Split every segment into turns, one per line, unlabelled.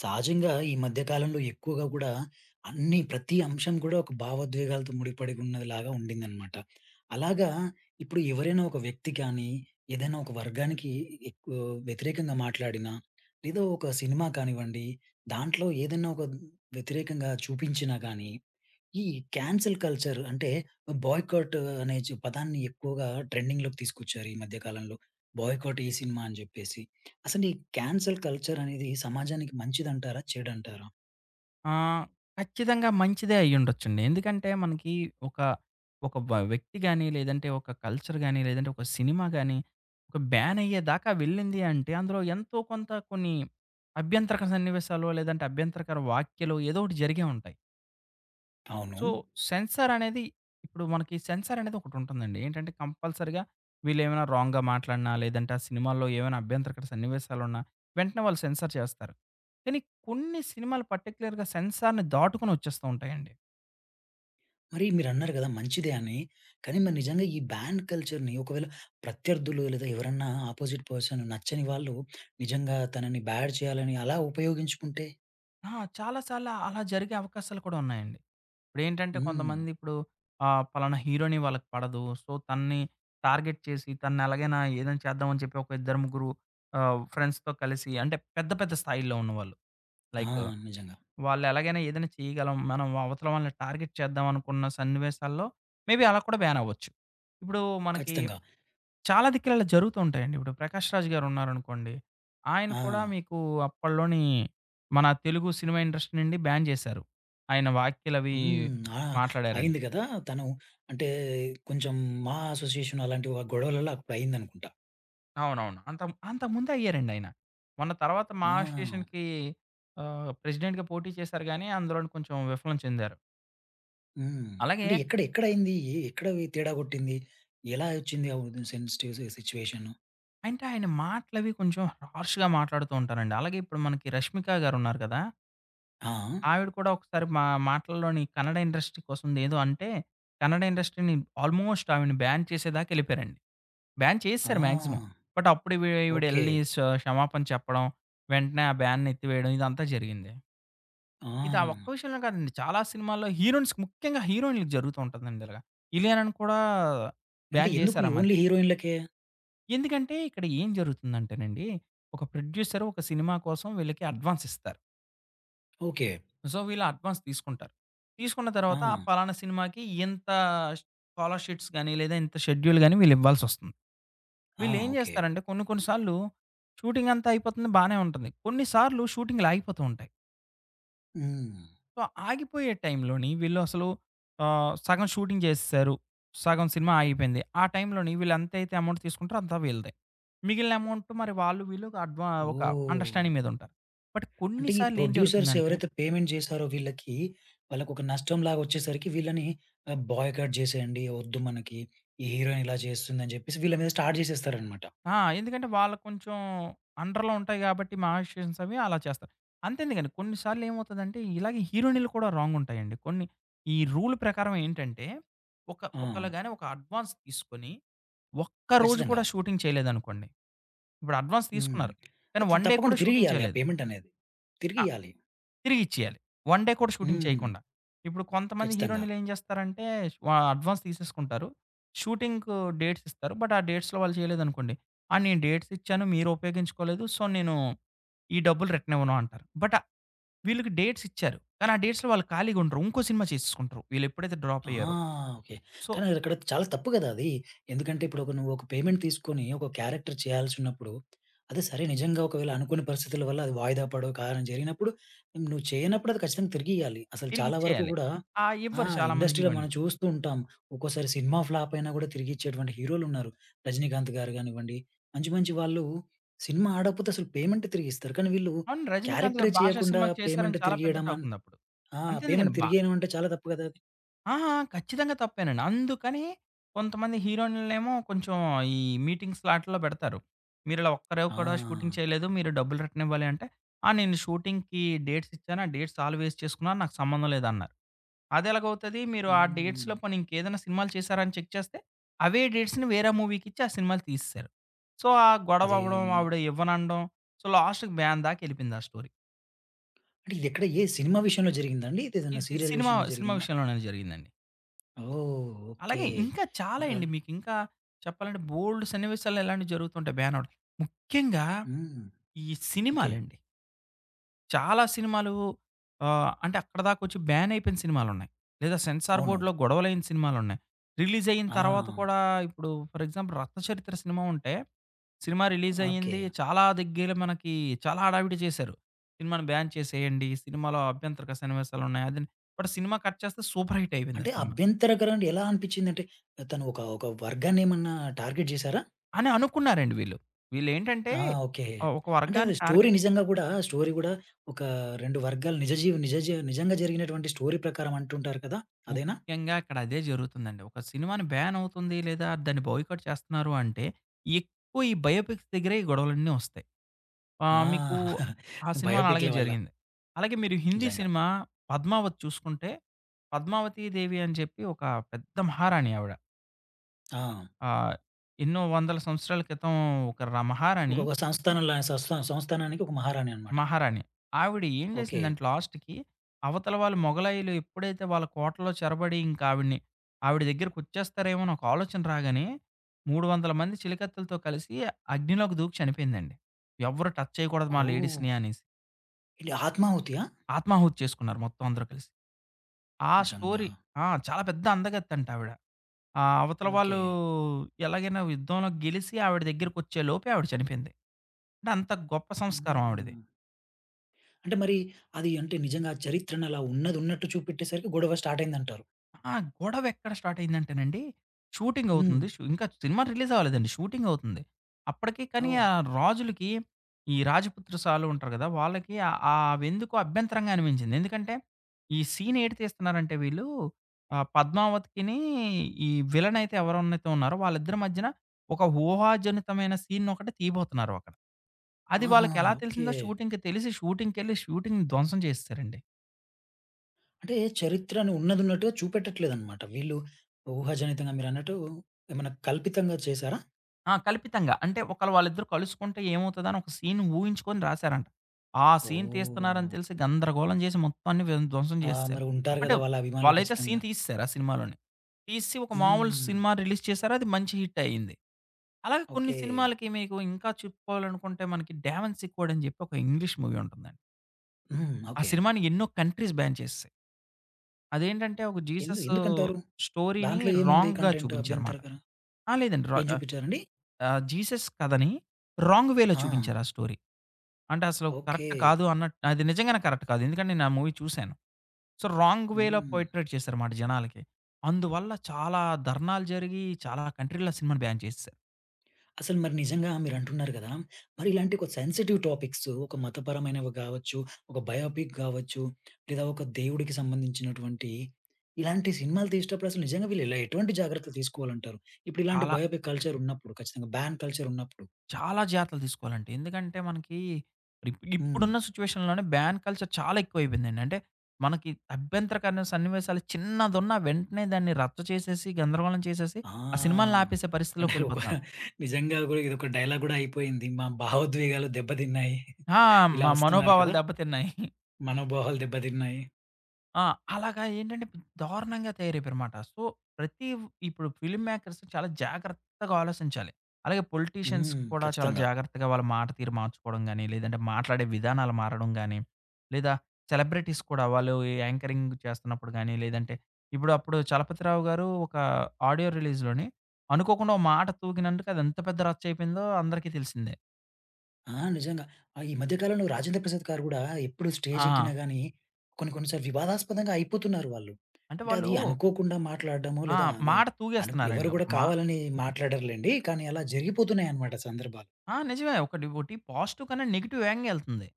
సహజంగా ఈ మధ్య కాలంలో ఎక్కువగా గూడా ప్రతి అంశం గూడా ఒక భావోద్వేగాలతో ముడిపడి ఉన్నదిలాగా ఉండిందనమాట. అలాగా ఇప్పుడు ఎవరైనా ఒక వ్యక్తి కానీ, ఏదైనా ఒక వర్గానికి ఎక్కువ వ్యతిరేకంగా మాట్లాడినా, లేదా ఒక సినిమా కానివ్వండి, దాంట్లో ఏదైనా ఒక వ్యతిరేకంగా చూపించినా గానీ ఈ క్యాన్సెల్ కల్చర్ అంటే బాయ్‌కాట్ అనే పదాన్ని ఎక్కువగా ట్రెండింగ్‌లోకి తీసుకొచ్చారు ఈ మధ్య కాలంలో. బాయ్‌కాట్ ఈ సినిమా అని జెప్పేసి. అసలు ఈ క్యాన్సెల్ కల్చర్ అనేది సమాజానికి మంచిదంటారా? చెడంటారా?
ఆ! ఖచ్చితంగా మంచిదే అయ్యుండొచ్చండి. ఎందుకంటే మనకి ఒక, ఒక వ్యక్తి గాని, లేదంటే ఒక కల్చర్ గాని, లేదంటే ఒక సినిమా గాని, ఒక బ్యాన్ అయ్యేదాకా వెళ్ళింది అంటే అందులో ఎంతో కొంత కొన్ని అభ్యంతరకర సన్నివేశాలో, లేదంటే అభ్యంతరకర వాఖ్యలో ఏదో ఒకటి జరిగే ఉంటాయి.
అవును.
సో, సెన్సార్ అనేది ఇప్పుడు మనకి సెన్సార్ అనేది ఒకటుంటుందండి. ఏంటంటే కంపల్సరీగా వీళ్ళేమైనా రాంగ్‌గా మాట్లాడినా, లేదంటే ఆ సినిమాల్లో ఏమైనా అభ్యంతరకర సన్నివేశాలున్నా వెంటనే వాళ్ళు సెన్సార్ చేస్తారు. కానీ కొన్ని సినిమాలు పర్టిక్యులర్‌గా సెన్సార్‌ని దాటుకొని వచ్చేస్తూ ఉంటాయండి.
మరి మీరన్నారు గదా! మంచిదే అని. కానీ మరి నిజంగా ఈ బ్యాన్ కల్చర్‌ని ఒకవేళ ప్రత్యర్థులు లేదా ఎవరన్నా అపోజిట్ పర్సన్ నచ్చని వాళ్ళు నిజంగా తనని బ్యాడ్ చేయాలని అలా ఉపయోగించుకుంటే.
ఆ! చాలా సార్లు అలా జరిగే అవకాశాలు కూడా ఉన్నాయండి. ఇప్పుడేంటంటే
హ్మ్.
కొంతమంది ఇప్పుడు పలానా హీరోని వాళ్ళకి పడదు. సో, తనని టార్గెట్ చేసి తనని ఎలాగైనా ఏదైనా చేద్దామని చెప్పి ఒక ఇద్దరు ముగ్గురు ఫ్రెండ్స్‌తో కలిసి అంటే పెద్ద పెద్ద స్థాయిల్లో ఉన్నవాళ్ళు
ఆ!
లైక్
నిజంగా.
వాళ్ళెలాగైనా ఏదైనా చేయగలం. మనం అవతల వాళ్ళని టార్గెట్ చేద్దాం అనుకున్న సన్నివేశాల్లో మేబీ అలా కూడా బ్యాన్ అవ్వచ్చు. ఇప్పుడు మనకి
ఖచ్చితంగా.
చాలా దిక్కుల ఇలా జరుగుతూ ఉంటాయండి. ఇప్పుడు 'ప్రకాష్ రాజ్' గారు ఉన్నారనుకోండి. ఆయన
ఆ!
కూడా మీకు అప్పట్లోని మన తెలుగు సినిమా ఇండస్ట్రీ నుండి బ్యాన్ చేశారు. ఆయన వ్యాఖ్యలవి
హ్మ్. ఆ!
మాట్లాడారని.
అయింది కదా! తను అంటే కొంచెం మా అసోసియేషన్ అలాంటి గొడవలలో అప్పుడయిందనుకుంటా.
అవునవును. అంత అంతకు ముందే అయ్యారండి ఆయన. మొన్న తర్వాత మా
ఆ!
స్టేషన్‌కి ప్రెసిడెంట్‌గా పోటీ చేశారు గానీ అందులోని కొంచెం విఫలం చెందారు.
హ్మ్.
అలాగే
అంటే ఎక్కడ ఎక్కడయింది? ఎక్కడ తేడా కొట్టింది? ఎలా వచ్చింది ఆ ఉ సెన్సిటివ్ సిట్యుయేషను?
అంటే ఆయన మాటలవి కొంచెం హార్ష్‌గా మాట్లాడుతూ ఉంటారండి. అలాగే ఇప్పుడు మనకి 'రష్మిక' గారున్నారు కదా!
ఆ!
ఆవిడ కూడా ఒకసారి మా మాటల్లోని కన్నడ ఇండస్ట్రీ కోసం ఏదో అంటే, కన్నడ ఇండస్ట్రీని ఆల్మోస్ట్ ఆవిడని బ్యాన్ చేసేదాకా ఎళ్ళిపోయారండి. బ్యాన్ చేసేసారు మాక్సిమం.
ఆ!
బట్ అప్పుడు ఇవి
ఓకే.
ఈవిడెళ్ళి క్షమాపణ చెప్పడం, వెంటనే ఆ బ్యాన్‌ని ఎత్తివేయడం ఇదంతా జరిగింది.
ఆ!
ఇది ఆ ఒక్క విషయంలో కాదండి. చాలా సినిమాల్లో హీరోయిన్స్ ముఖ్యంగా హీరోయిన్‌లకి జరుగుతూ ఉంటుందండి ఇలాగ. 'ఇలియానా'ని కూడా
అంటే
బ్యాన్
ఎందుకు
చేశారు
ఈ
ఆ మధ్య.
ఓన్లీ హీరోయిన్‌లకే?
ఎందుకంటే ఇక్కడ ఏం జరుగుతుందంటేనండి, ఒక ప్రొడ్యూసర్ ఒక సినిమా కోసం వీళ్ళకి అడ్వాన్స్ ఇస్తారు.
ఓకే.
సో, వీళ్ళు అడ్వాన్స్ తీసుకుంటారు. తీసుకున్న
ఆ!
తర్వాత ఆ పలానా సినిమాకి ఇంత స్కాలర్‌షిప్స్ గాని, లేదా ఇంత షెడ్యూల్ గాని వీళ్ళు ఇవ్వాల్సొస్తుంది.
ఆ!
వీళ్ళేం
ఓకే.
జేస్తారంటే కొన్ని కొన్ని సార్లు షూటింగ్ అంతా అయిపోతుంది బానే ఉంటుంది. కొన్ని సార్లు షూటింగ్‌లు ఆగిపోతూ ఉంటాయి.
హ్మ్.
సో, ఆగిపోయే టైంలోని వీళ్ళు అసలు సగం షూటింగ్ చేసేసారు. సగం సినిమా ఆగిపోయింది. ఆ టైంలోని వీళ్ళు ఎంతైతే అమౌంట్ తీసుకుంటారో అంతా వీళ్ళదే. మిగిలిన అమౌంట్ మరి వాళ్ళు వీళ్ళు ఒక ఒక
ఓహ్!
అండర్‌స్టాండింగ్ మీద ఉంటారు. బట్ కొన్ని
అంటే ఈ
సార్లు ఏం
ప్రొడ్యూసర్స్
జరుగుతుందంటే
ఎవరైతే పేమెంట్ చేసారో వీళ్ళకి, వాళ్ళకొక నష్టంలాగా వచ్చేసరికి వీళ్ళని బాయ్‌కాట్ చేసేయండి. వద్దు మనకి. ఈ హీరోయిన్ ఇలా చేస్తుందని చెప్పేసి వీళ్ళ మీద స్టార్ట్ చేసేస్తారనమాట.
ఎందుకంటే వాళ్ళకి కొంచెం అండర్‌లో ఉంటాయి కాబట్టి మహాశిన్స్ అవి అలా చేస్తారు. అంతెందుకండి కొన్ని సార్లు ఏమవుతదంటే ఇలాగే హీరోయిన్‌లు కూడా రాంగ్ ఉంటాయండి. కొన్ని ఈ రూల్ ప్రకారం ఏంటంటే ఒక
ఆ!
ఒకళ్ళు గాని ఒక అడ్వాన్స్ తీసుకొని ఒక్క రోజు
ఖచ్చితంగా.
కూడా షూటింగ్ చేయలేదనుకోండి. ఇప్పుడు అడ్వాన్స్
హ్మ్.
తీసుకున్నారు. కానీ ఒక డే
తప్పకుండా
కూడా షూటింగ్
తిరిగియ్యాలి ఆ
చేయలేదు.
పేమెంట్ అనేది.
ఆ!
తిరిగియ్యాలి.
తిరిగిచ్చేయాలి. ఒక డే కూడా షూటింగ్
హ్మ్.
చేయకుండా. ఇప్పుడు కొంతమంది
ఖచ్చితంగా.
హీరోయిన్‌లు ఏం చేస్తారంటే అడ్వాన్స్ తీసేసుకుంటారు. షూటింగ్‌కు డేట్స్ ఇస్తారు. బట్ ఆ డేట్స్‌లో వాళ్ళు చేయలేదనుకోండి. "ఆ! నేను డేట్స్ ఇచ్చాను. మీరు ఉపయోగించుకోలేదు. సో, నేను ఈ డబ్బులు రిటర్న్ ఇవ్వను" అంటారు. బట్ వీళ్ళకి డేట్స్ ఇచ్చారు. కానీ ఆ డేట్స్‌లో వాళ్ళు ఖాళీగా ఉండరు. ఇంకో సినిమా చేసేసుకుంటారు. వీళ్ళు ఎప్పుడైతే డ్రాప్
ఆ!
అయ్యారో.
ఓకే.
సో,
కానీ అదక్కడ చాలా తప్పు గదా! అది. ఎందుకంటే ఇప్పుడు ఒక నువ్వు ఒక పేమెంట్ తీసుకొని ఒక క్యారెక్టర్ చేయాల్సున్నప్పుడు, అదే సరే నిజంగా ఒకవేళ అనుకోని పరిస్థితుల వల్ల అది వాయిదా పడో, కారణం జరిగినప్పుడు నువ్వు చేయనప్పుడు అది ఖచ్చితంగా తిరిగియ్యాలి. అసలు చాలా వరకు
తిరిగిచ్చేయాలి.
కూడా.
ఆ!
ఆ!
ఇవ్వరు చాలా మంది
ఇండస్ట్రీలో మనం
హీరోయిన్‌లు.
చూస్తూ ఉంటాం. ఒక్కోసారి సినిమా ఫ్లాప్ అయినా గూడా తిరిగిచ్చేటువంటి హీరోలున్నారు. 'రజనీకాంత్' గారు గానివ్వండి, మంచి మంచి వాళ్ళు సినిమా ఆడకపోతే అసలు పేమెంటే తిరిగిస్తారు. కానీ వీళ్ళు
అవును. రజినీకాంత్
క్యారెక్టరే
గారు 'భాషా'
చేయకుండా
సినిమాకి
పేమెంట్
చేశారని చాలా పెద్ద
తిరిగియడం
టాక్ ఉందప్పుడు.
ఆ! పేమెంట్
అంతెందుకండి.
తిరిగియడం అంటే చాలా తప్పు గదా! అది.
ఆహా! ఖచ్చితంగా తప్పేనండి. అందుకని కొంతమంది హీరోయిన్‌లనేమో కొంచెం ఈ మీటింగ్స్‌లో ఆటిల్లో పెడతారు. మీరిలా ఒక్కరు
ఆ!
కూడా షూటింగ్ చేయలేదు. మీరు డబ్బులు రిటర్న్ ఇవ్వాలి అంటే, "ఆ! నేను షూటింగ్‌కి డేట్స్ ఇచ్చాను. ఆ డేట్స్ ఆళ్ళు వేస్ట్ చేసుకున్నారు. నాకు సంబంధం లేదన్నారు." అదెలాగవుతది? మీరు ఆ డేట్స్‌లో
హ్మ్.
పోనీ ఇంకేదైనా సినిమాలు చేశారా అని చెక్ చేస్తే, అవే డేట్స్‌ని వేరే మూవీకిచ్చి ఆ సినిమాలు తీసేశారు. సో, ఆ గొడవ
అదీ
అవ్వడం, ఆవిడ ఇవ్వననడం, సో, లాస్ట్‌కి బ్యాన్ దాకా ఎళ్ళిపోయింది ఆ స్టోరీ.
అంటే ఇదెక్కడ ఏ సినిమా విషయంలో జరిగిందా అండి? ఇదేదన్నా
ఇది
సీరియల్
సినిమా
విషయంలో
సినిమా
జరిగిందా?
విషయంలోనే జరిగిందండి.
ఓహ్! ఓకే.
అలాగే ఇంకా చాలా అండి.
మరల్
మీకింకా చెప్పాలంటే బోలెడు సన్నివేశాల్లో ఇలాంటివి జరుగుతుంటాయి బ్యానవుట్. ముఖ్యంగా
హ్మ్.
ఈ
ఓకే.
సినిమాలండి. చాలా సినిమాలు అంటే అక్కడిదాకొచ్చి బ్యానయిపోయిన సినిమాలున్నాయి. లేదా సెన్సార్
అవును.
బోర్డ్‌లో గొడవలయిన సినిమాలున్నాయి. రిలీజయిన
ఆ!
తర్వాత కూడా ఇప్పుడు ఫర్ ఎగ్జాంపుల్ 'రక్తచరిత్ర' సినిమా ఉంటే, సినిమా
ఓకే.
రిలీజయింది. చాలా దగ్గర మనకి చాలా హడావిడి చేశారు. సినిమాని బ్యాన్ చేసేయండి. సినిమాలో అభ్యంతరక సన్నివేశాలున్నాయి. అదని బట్ సినిమా కట్ చేస్తే సూపర్ హిట్ అయిపోయింది
అంటే
ఆ సినిమా.
అభ్యంతరకరం అంటే ఎలా అనిపిచ్చిందంటే తను ఒక ఒక వర్గాన్నేమన్నా టార్గెట్ జేశారా?
అని అనుకున్నారండి వీళ్ళు. వీళ్ళేంటంటే
ఆ! ఓకే.
ఒక
అంటే అది
వర్గాన్ని
స్టోరీ
టార్గెట్
నిజంగా గూడా స్టోరీ గూడా ఒక 2 వర్గాలు నిజ జీవి నిజ జీ నిజంగా జరిగినటువంటి స్టోరీ ప్రకారం అంటుంటారు కదా! అదేనా?
ముఖ్యంగా ఇక్కడ అదే జరుగుతుందండి. ఒక సినిమాని బ్యాన్ అవుతుంది లేదా దాన్ని బాయ్‌కాట్ చేస్తున్నారు అంటే ఎక్కువ ఈ బయోపిక్స్ దగ్గరే ఈ గొడవలన్నీ వస్తాయి.
ఆ!
మీకు ఆ సినిమాలో
బయోపిక్‌ల
అలాగే
వల్ల
జరిగింది. అలాగే మీరు హిందీ
నిజంగా.
సినిమా 'పద్మావత్' చూసుకుంటే 'పద్మావతి దేవి' అని చెప్పి ఒక పెద్ద మహారాణి ఆవిడ.
ఆ!
ఆహ్, ఎన్నో వందల సంవత్సరాల క్రితం ఒక మహారాణి
ఒకొక్క సంస్థానంలా సంస్థానానికి ఒక మహారాణి అనమాట.
మహారాణి. ఆవిడ ఏం
ఓకే.
జేసిందంటే లాస్ట్‌కి అవతల వాళ్ళు మొగలాయులు ఎప్పుడైతే వాళ్ళ కోటలో చొరబడి ఇంక ఆవిడని ఆవిడ దగ్గరకొచ్చేస్తారేమో అని ఒక ఆలోచన రాగానే 300 మంది చిలికత్తెలతో కలిసి అగ్నిలోకి దూకి చనిపోయిందండి. ఎవ్వరు టచ్ చేయకూడదు మా
ఓహ్!
లేడీస్‌ని అనేసి.
ఇది ఆత్మాహుతియా?
ఆత్మాహుతి చేసుకున్నారు మొత్తం అందరూ కలిసి. ఆ
నిజంగా.
స్టోరీ ఆ! చాలా పెద్ద అందగత్తంట ఆవిడ. ఆ అవతల
ఓకే.
వాళ్ళు ఎలాగైనా యుద్ధంలో గెలిసి ఆవిడ దగ్గరకొచ్చే లోపే ఆవిడ చనిపోయింది. అంటే అంత గొప్ప సంస్కారం ఆవిడది.
హ్మ్. అంటే మరి అది అంటే నిజంగా ఆ చరిత్రను అలా ఉన్నది ఉన్నట్టు చూపెట్టేసరికి గొడవ స్టార్ట్ అయిందంటారు.
ఆ! గొడవెక్కడ స్టార్ట్ అయిందంటేనండి, షూటింగ్
హ్మ్.
అవుతుంది. ఇంకా సినిమా రిలీజ్ అవ్వలేదండి. షూటింగ్ అవుతుంది. అప్పటికి కానీ
ఓహ్!
ఆ రాజులకి, ఈ రాజపుత్ర సాలు ఉంటారు కదా! వాళ్ళకి అవెందుకో అభ్యంతరంగా అనిపించింది. ఎందుకంటే, ఈ సీన్ ఏటి తీస్తున్నారంటే వీళ్ళు పద్మావతికిని ఈ విలన్ అయితే ఎవరైతే ఉన్నారో వాళ్ళిద్దరి మధ్యన ఒక ఊహాజనితమైన సీన్ ఒకటి తీయబోతున్నారు అక్కడ. అది
ఆహా!
వాళ్ళకెలా
ఓకే.
తెలిసిందో షూటింగ్‌కి తెలిసి షూటింగ్‌కెళ్ళి షూటింగ్‌ని ధ్వంసం చేసేసారండి.
అంటే చరిత్రను ఉన్నదున్నట్టుగా చూపెట్టట్లేదన్నమాట. వీళ్ళు ఊహాజనితంగా మీరన్నట్టు ఏమన్నా కల్పితంగా చేసారా?
ఆ! కల్పితంగా. అంటే వాళ్ళిద్దరూ కలుసుకుంటే ఏమవుతదని ఒక సీన్ ఊహించుకొని రాసారంట. ఆ సీన్ తీస్తున్నారని
ఓహ్!
తెలిసి గందరగోళం చేసి మొత్తం అన్ని ధ్వంసం
ఆ!
చేసేసారు.
మరి ఉంటారు
అంటే
గదా! వాళ్ళ అభిమానులు
వాళ్ళైతే
ఖచ్చితంగా.
సీన్ తీసేసారు ఆ సినిమాలోని. తీసి ఒక మామూలు
హ్మ్.
సినిమా రిలీజ్ చేశారు. అది మంచి హిట్ అయింది. అలాగే కొన్ని
ఓకే.
సినిమాలకి మీకు ఇంకా చెప్పుకోవాలనుకుంటే మనకి 'డావెన్సీ కోడ్' అని చెప్పి ఒక ఇంగ్లీష్ మూవీ ఉంటుందండి.
హ్మ్.
ఆ
ఓకే.
సినిమాని ఎన్నో కంట్రీస్ బ్యాన్ చేసేసాయి. అదేంటంటే ఒక జీసస్
ఎందుకంటారు?
స్టోరీని
దాంట్లో ఏముంది
రాంగ్‌గా
కంటెంట్
చూపించారుమాట.
అభ్యంతరకర?
ఆ! లేదండి.
ఏం చూపించారండి?
జీసస్ కథని రాంగ్ వేలో
ఆ!
చూపించారు ఆ స్టోరీ. అంటే అసలు
ఓకే.
కరెక్ట్ కాదు అన్నట్టు అది నిజంగానే కరెక్ట్ కాదు. ఎందుకంటే నేను ఆ మూవీ చూసాను. సో, రాంగ్ వేలో
హ్మ్.
పోర్ట్రేట్ చేశారుమాట జనాలకి. అందువల్ల చాలా ధర్నాలు జరిగి చాలా కంట్రీ‌లో ఆ సినిమాని బ్యాన్ చేసేసారు.
అసలు మరి నిజంగా మీరంటున్నారు కదా! మరి ఇలాంటి ఒక సెన్సిటివ్ టాపిక్స్, ఒక మతపరమైనవి గావచ్చు, ఒక బయోపిక్ గావచ్చు, లేదా ఒక దేవుడికి సంబంధించినటువంటి ఇలాంటి సినిమాలు తీసేటప్పుడు అసలు నిజంగా వీళ్ళు ఇలా ఎటువంటి జాగ్రత్తలు తీసుకోవాలంటారు? ఇప్పుడు ఇలాంటి
చాలా
బయోపిక్ కల్చర్ ఉన్నప్పుడు, ఖచ్చితంగా బ్యాన్ కల్చర్ ఉన్నప్పుడు.
చాలా జాగ్రత్తలు తీసుకోవాలండి. ఎందుకంటే మనకి
హ్మ్.
ఇప్పుడున్న సిట్యుయేషన్‌లోనే బ్యాన్ కల్చర్ చాలా ఎక్కువైపోయిందండి. అంటే మనకి అభ్యంతరకరమైన సన్నివేశాలు చిన్నదున్నా వెంటనే దాన్ని రచ్చ చేసేసి, గందరగోళం చేసేసి,
ఆ!
ఆ సినిమాల్ని ఆపేసే
అంటే ఒక
పరిస్థితిలోకెళ్ళిపోతున్నారు.
నిజంగా గూడా ఇదొక డైలాగ్ గూడా అయిపోయింది. మా భావోద్వేగాలు దెబ్బతిన్నాయి.
ఆ!
ఇలా
మా
వస్తున్నారు
మనోభావాలు
కదా!
దెబ్బతిన్నాయి.
మనోభావాలు దెబ్బతిన్నాయి.
ఆ! అలాగా ఏంటంటే దారుణంగా తయారైపోయారుమాట. సో, ప్రతి ఇప్పుడు ఫిల్మ్ మేకర్స్ చాలా జాగ్రత్తగా ఆలోచించాలి. అలాగే పొలిటీషియన్స్
హ్మ్.
కూడా చాలా
ఖచ్చితంగా.
జాగ్రత్తగా వాళ్ళ మాట తీరు మార్చుకోవడం గాని, లేదంటే మాట్లాడే విధానాలు మారడం గాని, లేదా సెలబ్రిటీస్ కూడా వాళ్ళు యాంకరింగ్ చేస్తున్నప్పుడు గాని, లేదంటే ఇప్పుడు అప్పుడు 'చలపతిరావు' గారు ఒక ఆడియో రిలీజ్‌లోని అనుకోకుండా ఓ మాట తూగినందుకు అది ఎంత పెద్ద రచ్చ అయిపోయిందో అందరికీ తెలిసిందే.
ఆ! నిజంగా. ఈ మధ్య కాలంలో రాజేంద్ర ప్రసాద్ గారు గూడా ఎప్పుడు స్టేజ్
ఆ!
ఎక్కినా గాని కొన్ని కొన్ని సార్లు వివాదాస్పదంగా అయిపోతున్నారు వాళ్ళు.
అంటే
అంటే అది
వాళ్ళు
అనుకోకుండా మాట్లాడడమో
ఆ!
లేదా అది
మాట
ఎవరు
తూగేస్తున్నారండి.
గూడా
ఒక మా
కావాలని మాట్లాడరులెండి. కానీ అలా జరిగిపోతున్నాయన్నమాట సందర్భాలు.
ఆ! నిజమే. ఒకటి ఒకటి పాజిటివ్ కన్నా నెగెటివ్ యాంగే ఎళ్తుంది.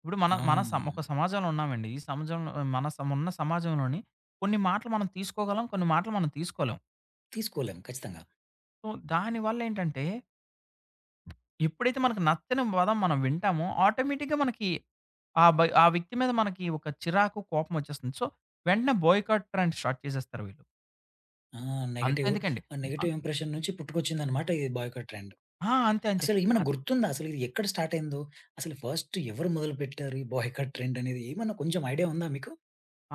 ఇప్పుడు మన
ఆ!
మన ఒక సమాజంలో ఉన్నామండి. ఈ సమాజంలో మన ఉన్న సమాజంలోని కొన్ని మాటలు మనం తీసుకోగలం. కొన్ని మాటలు మనం తీసుకోలేం.
తీసుకోలేం ఖచ్చితంగా.
సో, దానివల్ల ఏంటంటే ఎప్పుడైతే మనకు నచ్చని పదం మనం వింటామో ఆటోమేటిక్‌గా మనకి ఆ వ్యక్తి మీద మనకి ఒక చిరాకు, కోపం వచ్చేస్తుంది. సో, వెంటనే బాయ్‌కాట్ ట్రెండ్ స్టార్ట్ చేసేస్తారు వీళ్ళు.
ఆ! నెగెటివ్.
అంతెందుకండి.
ఆ
ఆ!
నెగెటివ్ ఇంప్రెషన్ నుంచి పుట్టుకొచ్చిందన్నమాట ఈ బాయ్‌కాట్ ట్రెండ్.
ఆ, అంతే అంతే.
అసలు ఏమైనా గుర్తుందా? అసలు ఇది ఎక్కడ స్టార్ట్ అయిందో? అసలు ఫస్ట్ ఎవరు మొదలుపెట్టారు ఈ బాయ్‌కాట్ ట్రెండ్ అనేది? ఏమన్నా కొంచెం ఐడియా ఉందా మీకు?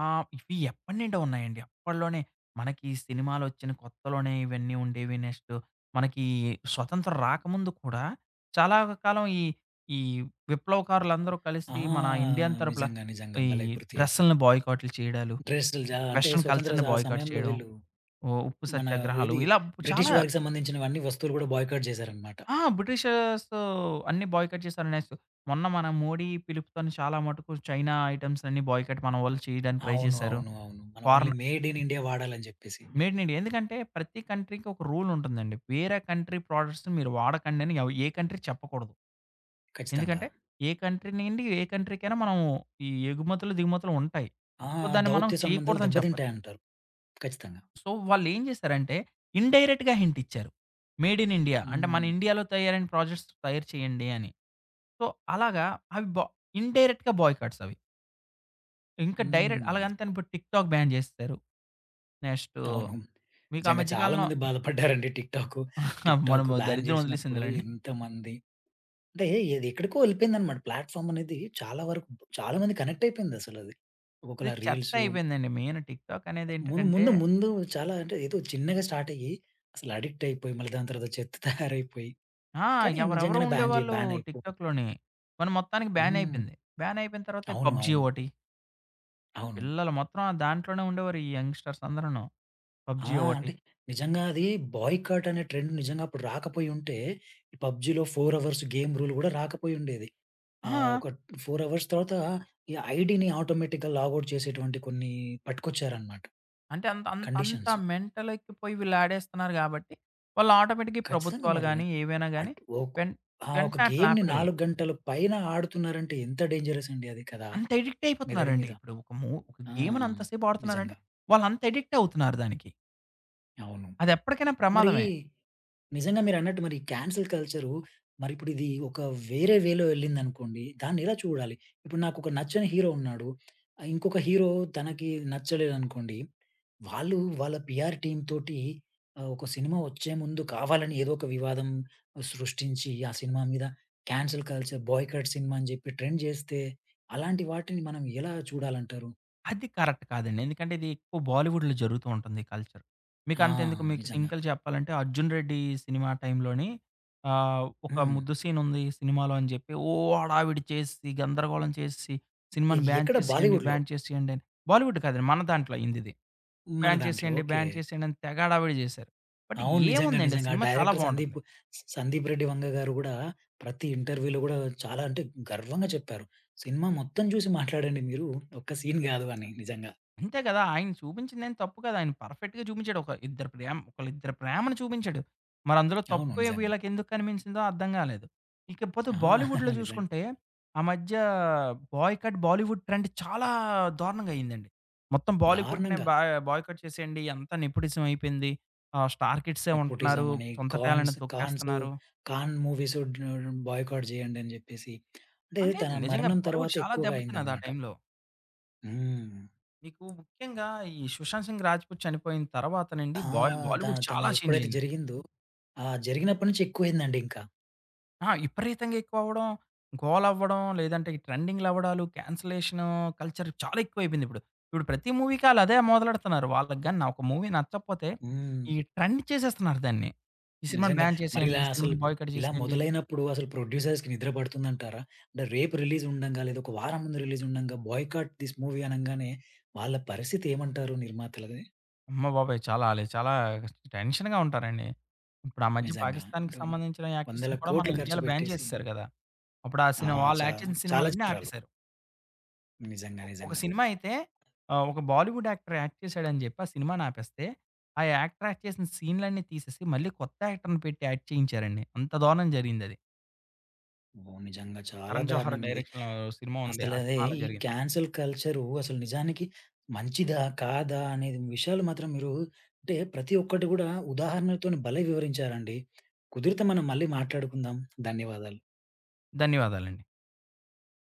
ఆ! ఇవి ఎప్పటి నుండో ఉన్నాయండి. అప్పట్లోనే మనకి సినిమాలొచ్చిన కొత్తలోనే ఇవన్నీ ఉండేవి. నెక్స్ట్ మనకి స్వతంత్రం రాకముందు కూడా చాలా కాలం ఈ విప్లవకారులందరూ
ఆ!
కలిసి మన ఇండియన్ తరపుల
నిజంగా. నిజంగా.
ఈ
భలే గుర్తు చేశారు.
డ్రెస్సుల్ని బాయ్‌కాట్లు చేయడాలు,
డ్రెస్సులు అంటే
వెస్టర్న్
స్వతంత్ర
కల్చర్‌ని
ఆ
బాయ్‌కాట్
సమయంలో
చేయడం,
వీళ్ళు
ఉప్పు
మన
సత్యాగ్రహాలు
ఏది
ఇలా
బ్రిటిష్
చాలా
వారికి సంబంధించినవి అన్ని వస్తువులు కూడా బాయ్‌కాట్ చేశారన్నమాట.
ఆ! బ్రిటిషర్స్ అన్నీ బాయ్‌కాట్ చేశారు. నెక్స్ట్ మొన్న మన మోడీ పిలుపుతోని చాలా మటుకు చైనా ఐటెమ్స్ అన్నీ బాయ్‌కాట్ మన వాళ్ళు చేయడానికి ట్రై
అవును.
చేశారు.
అవును. అవును. మనం only
foreign
made in India వాడాలని చెప్పేసి.
Made in India. ఎందుకంటే ప్రతి కంట్రీకి ఒక రూల్ ఉంటుందండి. వేరే కంట్రీ ప్రొడక్ట్స్‌ని మీరు వాడకండి అని ఏ కంట్రీ చెప్పకూడదు.
ఖచ్చితంగా.
ఎందుకంటే ఏ కంట్రీ నుండి ఏ కంట్రీకైనా మనం ఈ ఎగుమతులు, దిగుమతులు ఉంటాయి.
ఆ!
సో, దాన్ని మనం
దౌత్య సంబంధాలు
చేయకూడదని చెప్పొచ్చు.
దెబ్బతింటాయంటారు. ఖచ్చితంగా.
సో, వాళ్ళేం చేశారంటే ఇండైరెక్ట్‌గా హింట్ ఇచ్చారు. మేడ్ ఇన్ ఇండియా అంటే మన
హ్మ్.
ఇండియాలో తయారైన ప్రాజెక్ట్స్ తయారు చేయండి అని. సో, అలాగా అవి ఇండైరెక్ట్‌గా బాయ్‌కాట్స్ అవి. ఇంకా డైరెక్ట్
హ్మ్.
అలాగంతని ఇప్పుడు టిక్‌టాక్ బ్యాన్ చేసేసారు. నెక్స్ట్
అవును.
మీకు ఆ
నిజంగా
మధ్య కాలంలో
చాలామంది బాధపడ్డారండి టిక్‌టాకు.
మనం
టిక్‌టాకు బ్యాన్
దరిద్రం
చేసినప్పుడు
వదిలేసిందిలెండి.
ఎంతమంది? అంటే ఇది ఎక్కడికో వెళ్ళిపోయిందనమాట. ప్లాట్‌ఫార్మ్ అనేది చాలా వరకు చాలామంది కనెక్ట్ అయిపోయిందసలది.
అది
ఒకలా
చెత్త
రీల్సు.
అయిపోయిందండి. మెయిన్ టిక్‌టాక్
ముందు
అనేదేంటంటే
ముందు ముందు చాలా అంటే ఏదో చిన్నగా స్టార్ట్ అయ్యి అసలు అడిక్ట్ అయిపోయి మళ్ళీ దాని తర్వాత చెత్త తయారైపోయి,
ఆ!
కానీ
ఎవరెవరో
నిజంగానే
ఉండేవాళ్ళు
బ్యాన్ అయిపో.
టిక్‌టాక్‌లోని. మన మొత్తానికి బ్యాన్
హ్మ్.
అయిపోయింది. బ్యాన్ అయిపోయిన తర్వాత ఈ
అవును.
పబ్‌జీ
అవును.
ఒకటి.
అవును.
పిల్లలు మొత్తం దాంట్లోనే ఉండేవారు ఈ యంగ్‌స్టర్స్ అందరూను.
ఆ!
పబ్‌జీ ఒకటి.
అంటే నిజంగా అది బాయ్‌కాట్ అనే ట్రెండ్ నిజంగా అప్పుడు రాకపోయుంటే, ఈ పబ్‌జీలో 4 అవర్స్ గేమ్ రూల్ కూడా రాకపోయుండేది. ఆ!
ఆ!
ఒక 4 అవర్స్ తర్వాత ఈ ఐడీని ఆటోమేటిక్‌గా లాగౌట్ చేసేటువంటి కొన్ని పట్టుకొచ్చారన్నమాట
అంటే అంత అంత అంత
కండిషన్స్.
మెంటల్ ఎక్కిపోయి వీళ్ళు ఆడేస్తున్నారు కాబట్టి, వాళ్ళు ఆటోమేటిక్‌గా ఈ
ఖచ్చితంగా
ప్రభుత్వాలు
మరి
గాని, ఏవైనా గాని
అట్ ఒక్
వెన్
ఆ! ఒక
వెంటనే ఆటిలిని
గేమ్‌ని
ఆపగలిగాయి.
4 గంటల పైన ఆడుతున్నారంటే ఎంత డేంజరస్ అండి అది కదా!
అంత ఎడిక్ట్
మెదడు
అయిపోతున్నారండి.
మీద.
ఇప్పుడు ఒక ఒక
ఆ!
గేమ్‌ని అంత సేపు ఆడుతున్నారంటే,
నిజంగా.
వాళ్ళు అంత ఎడిక్ట్ అవుతున్నారు దానికి.
అవును.
అది ఎప్పటికైనా
మరి
ప్రమాదమే.
నిజంగా మీరన్నట్టు మరి క్యాన్సెల్ కల్చరు మరిప్పుడు ఇది ఒక వేరే వేలో వెళ్ళిందనుకోండి. దాన్నెలా చూడాలి? ఇప్పుడు నాకొక నచ్చని హీరో ఉన్నాడు. ఇంకొక హీరో తనకి నచ్చలేదనుకోండి. వాళ్ళు వాళ్ళ పీఆర్ టీమ్ తోటి ఒక సినిమా వచ్చే ముందు కావాలని ఏదో ఒక వివాదం సృష్టించి, ఆ సినిమా మీద క్యాన్సెల్ కల్చర్, బాయ్‌కట్ సినిమా అని చెప్పి ట్రెండ్ చేస్తే, అలాంటి వాటిని మనం ఎలా చూడాలంటారు?
అది కరెక్ట్ కాదండి. ఎందుకంటే ఇది ఎక్కువ బాలీవుడ్‌లో జరుగుతూ ఉంటుంది కల్చర్. మీకు
ఆ!
అంతెందుకు మీకు
నిజంగా.
సింకల్ చెప్పాలంటే 'అర్జున్ రెడ్డి' సినిమా టైంలోని ఒక
హ్మ్.
ముద్దు సీన్ ఉంది సినిమాలో అని జెప్పి ఓ హడావిడి చేసేసి, గందరగోళం చేసేసి, సినిమాని బ్యాన్
ఎక్కడ
చేసేయండి,
బాలీవుడ్‌లో?
బ్యాన్ చేసేయండి అని. బాలీవుడ్ కాదండి మన దాంట్లో అయిందిది.
మన
బ్యాన్
దాంట్లో.
చేసేయండి,
ఓకే.
బ్యాన్ చేసేయండి అని తెగ హడావిడి జేశారు. బట్
అవును. నిజంగా.
ఏముందండి ఆ
నిజంగా. ఆ
సినిమా చాలా
డైరెక్టర్ సందీప్,
బావుంటుంది.
సందీప్ రెడ్డి వంగ గారు గూడా ప్రతి ఇంటర్వ్యూలో గూడా చాలా అంటే గర్వంగా చెప్పారు. సినిమా మొత్తం చూసి మాట్లాడండి మీరు. ఒక్క సీన్ గాదు అని నిజంగా.
అంతే కదా! ఆయన చూపించిందేం తప్పు కాదు. ఆయన పర్ఫెక్ట్‌గా చూపించాడు. ఒక ఇద్దరి ప్రేమ ఒకళ్ళిద్దరి ప్రేమను చూపించాడు. మరి అందులో
అవును.
తప్పు
నిజంగా.
వీళ్ళకెందుకు కనిపించిందో అర్థం కాలేదు. ఇకపోతే
ఆ!
బాలీవుడ్‌లో
నిజంగా.
చూసుకుంటే, ఆ మధ్య బాయ్‌కట్ బాలీవుడ్ ట్రెండ్ చాలా దారుణంగా అయిందండి. మొత్తం బాలీవుడ్‌నే
దారుణంగా.
బాయ్‌కట్ చేసేయండి. అంతా నెపోటిజం అయిపోయింది. స్టార్ కిడ్సే
నెపోటిజం
ఉంటున్నారు.
అని
సొంత
కాన్స్
టాలెంట్‌ని
కాన్స్
తొక్కేస్తున్నారు.
కాన్ మూవీస్ డ్ బాయ్‌కాట్ జేయండి అని జెప్పేసి. అంటే
ఆ!
తన
లేదు నిజంగా
మరణం తర్వాత
బాలీవుడ్ చాలా
ఎక్కువగా
దెబ్బతిన్నది ఆ
అయిందనమాట.
టైంలో.
హ్మ్.
మీకు ముఖ్యంగా ఈ 'సుశాంత్ సింగ్ రాజ్‌పూత్' చనిపోయిన తర్వాత నుండి
ఆ! త
బాలీవుడ్
తన
చాలా చేంజ్
ఎప్పుడైతే
అయింది.
జరిగిందో ఆ జరిగినప్పటి నుంచి ఎక్కువయిందండి ఇంకా.
ఆ! విపరీతంగా ఎక్కువవ్వడం, గోలవ్వడం, లేదంటే ఈ ట్రెండింగ్‌లవ్వడాలు, క్యాన్సలేషను కల్చర్ చాలా ఎక్కువైపోయిందిప్పుడు. ఇప్పుడు ఇప్పుడు ప్రతి మూవీకి ఆళ్ళదే మొదలెడుతున్నారు. వాళ్ళకి గాని ఒక మూవీ నచ్చకపోతే,
హ్మ్.
ఈ ట్రెండ్ చేసేస్తున్నారు దాన్ని. ఈ సినిమాని
నిజంగా.
బ్యాన్ చేసేయండి,
మరిలా
ఈ
అసలు
సినిమాని బాయ్‌కట్
ఇలా
చేసేయండి.
మొదలైనప్పుడు అసలు ప్రొడ్యూసర్స్‌కి నిద్ర పడుతుందంటారా? అంటే రేపు రిలీజ్ ఉండంగా లేదా ఒక వారం ముందు రిలీజ్ ఉండంగా బాయ్‌కాట్ థిస్ మూవీ అనంగానే వాళ్ళ పరిస్థితి ఏమంటారు నిర్మాతలది?
అమ్మ బాబోయ్! చాలా ఆళ్ళు చాలా టెన్షన్‌గా ఉంటారండి. ఇప్పుడు ఆ మధ్య
నిజంగా.
పాకిస్తాన్‌కి
అంటే
సంబంధించిన
వందల
యాక్టర్స్‌ని కూడా మన
కోట్లు ఖర్చు
ఇండియాలో బ్యాన్
పెట్టేసి.
చేసేసారు కదా! అప్పుడు ఆ
ఆ!
సినిమా వాళ్ళు
చా
యాక్ట్ చేసిన
చాలా
సినిమాలన్నీ
చిత్రాలు.
ఆపేశారు.
నిజంగా.
ఒక
నిజంగా.
సినిమా అయితే ఒక బాలీవుడ్ యాక్టర్ యాక్ట్ చేశాడని జెప్పి ఆ సినిమాని ఆపేస్తే, ఆ యాక్టర్ యాక్ట్ చేసిన సీన్‌లన్నీ తీసేసి మళ్ళీ కొత్త యాక్టర్‌ని పెట్టి యాక్ట్ చేయించారండి. అంత దారుణం జరిగిందది.
ఓహ్! నిజంగా చాలా
'కరణ్
దారుణం
జోహార్'
ఇది.
డైరెక్షన్‌లో సినిమా ఉంది. ఆ
అసలదే
సినిమా అలా
ఈ
జరిగింది.
క్యాన్సెల్ కల్చరు అసలు నిజానికి మంచిదా? కాదా? అనేది విషయాలు మాత్రం మీరు, అంటే ప్రతి ఒక్కటి గూడా ఉదాహరణలతోని భలే వివరించారండి. కుదిరితే మనం మళ్ళీ మాట్లాడుకుందాం. ధన్యవాదాలు.
ధన్యవాదాలండి.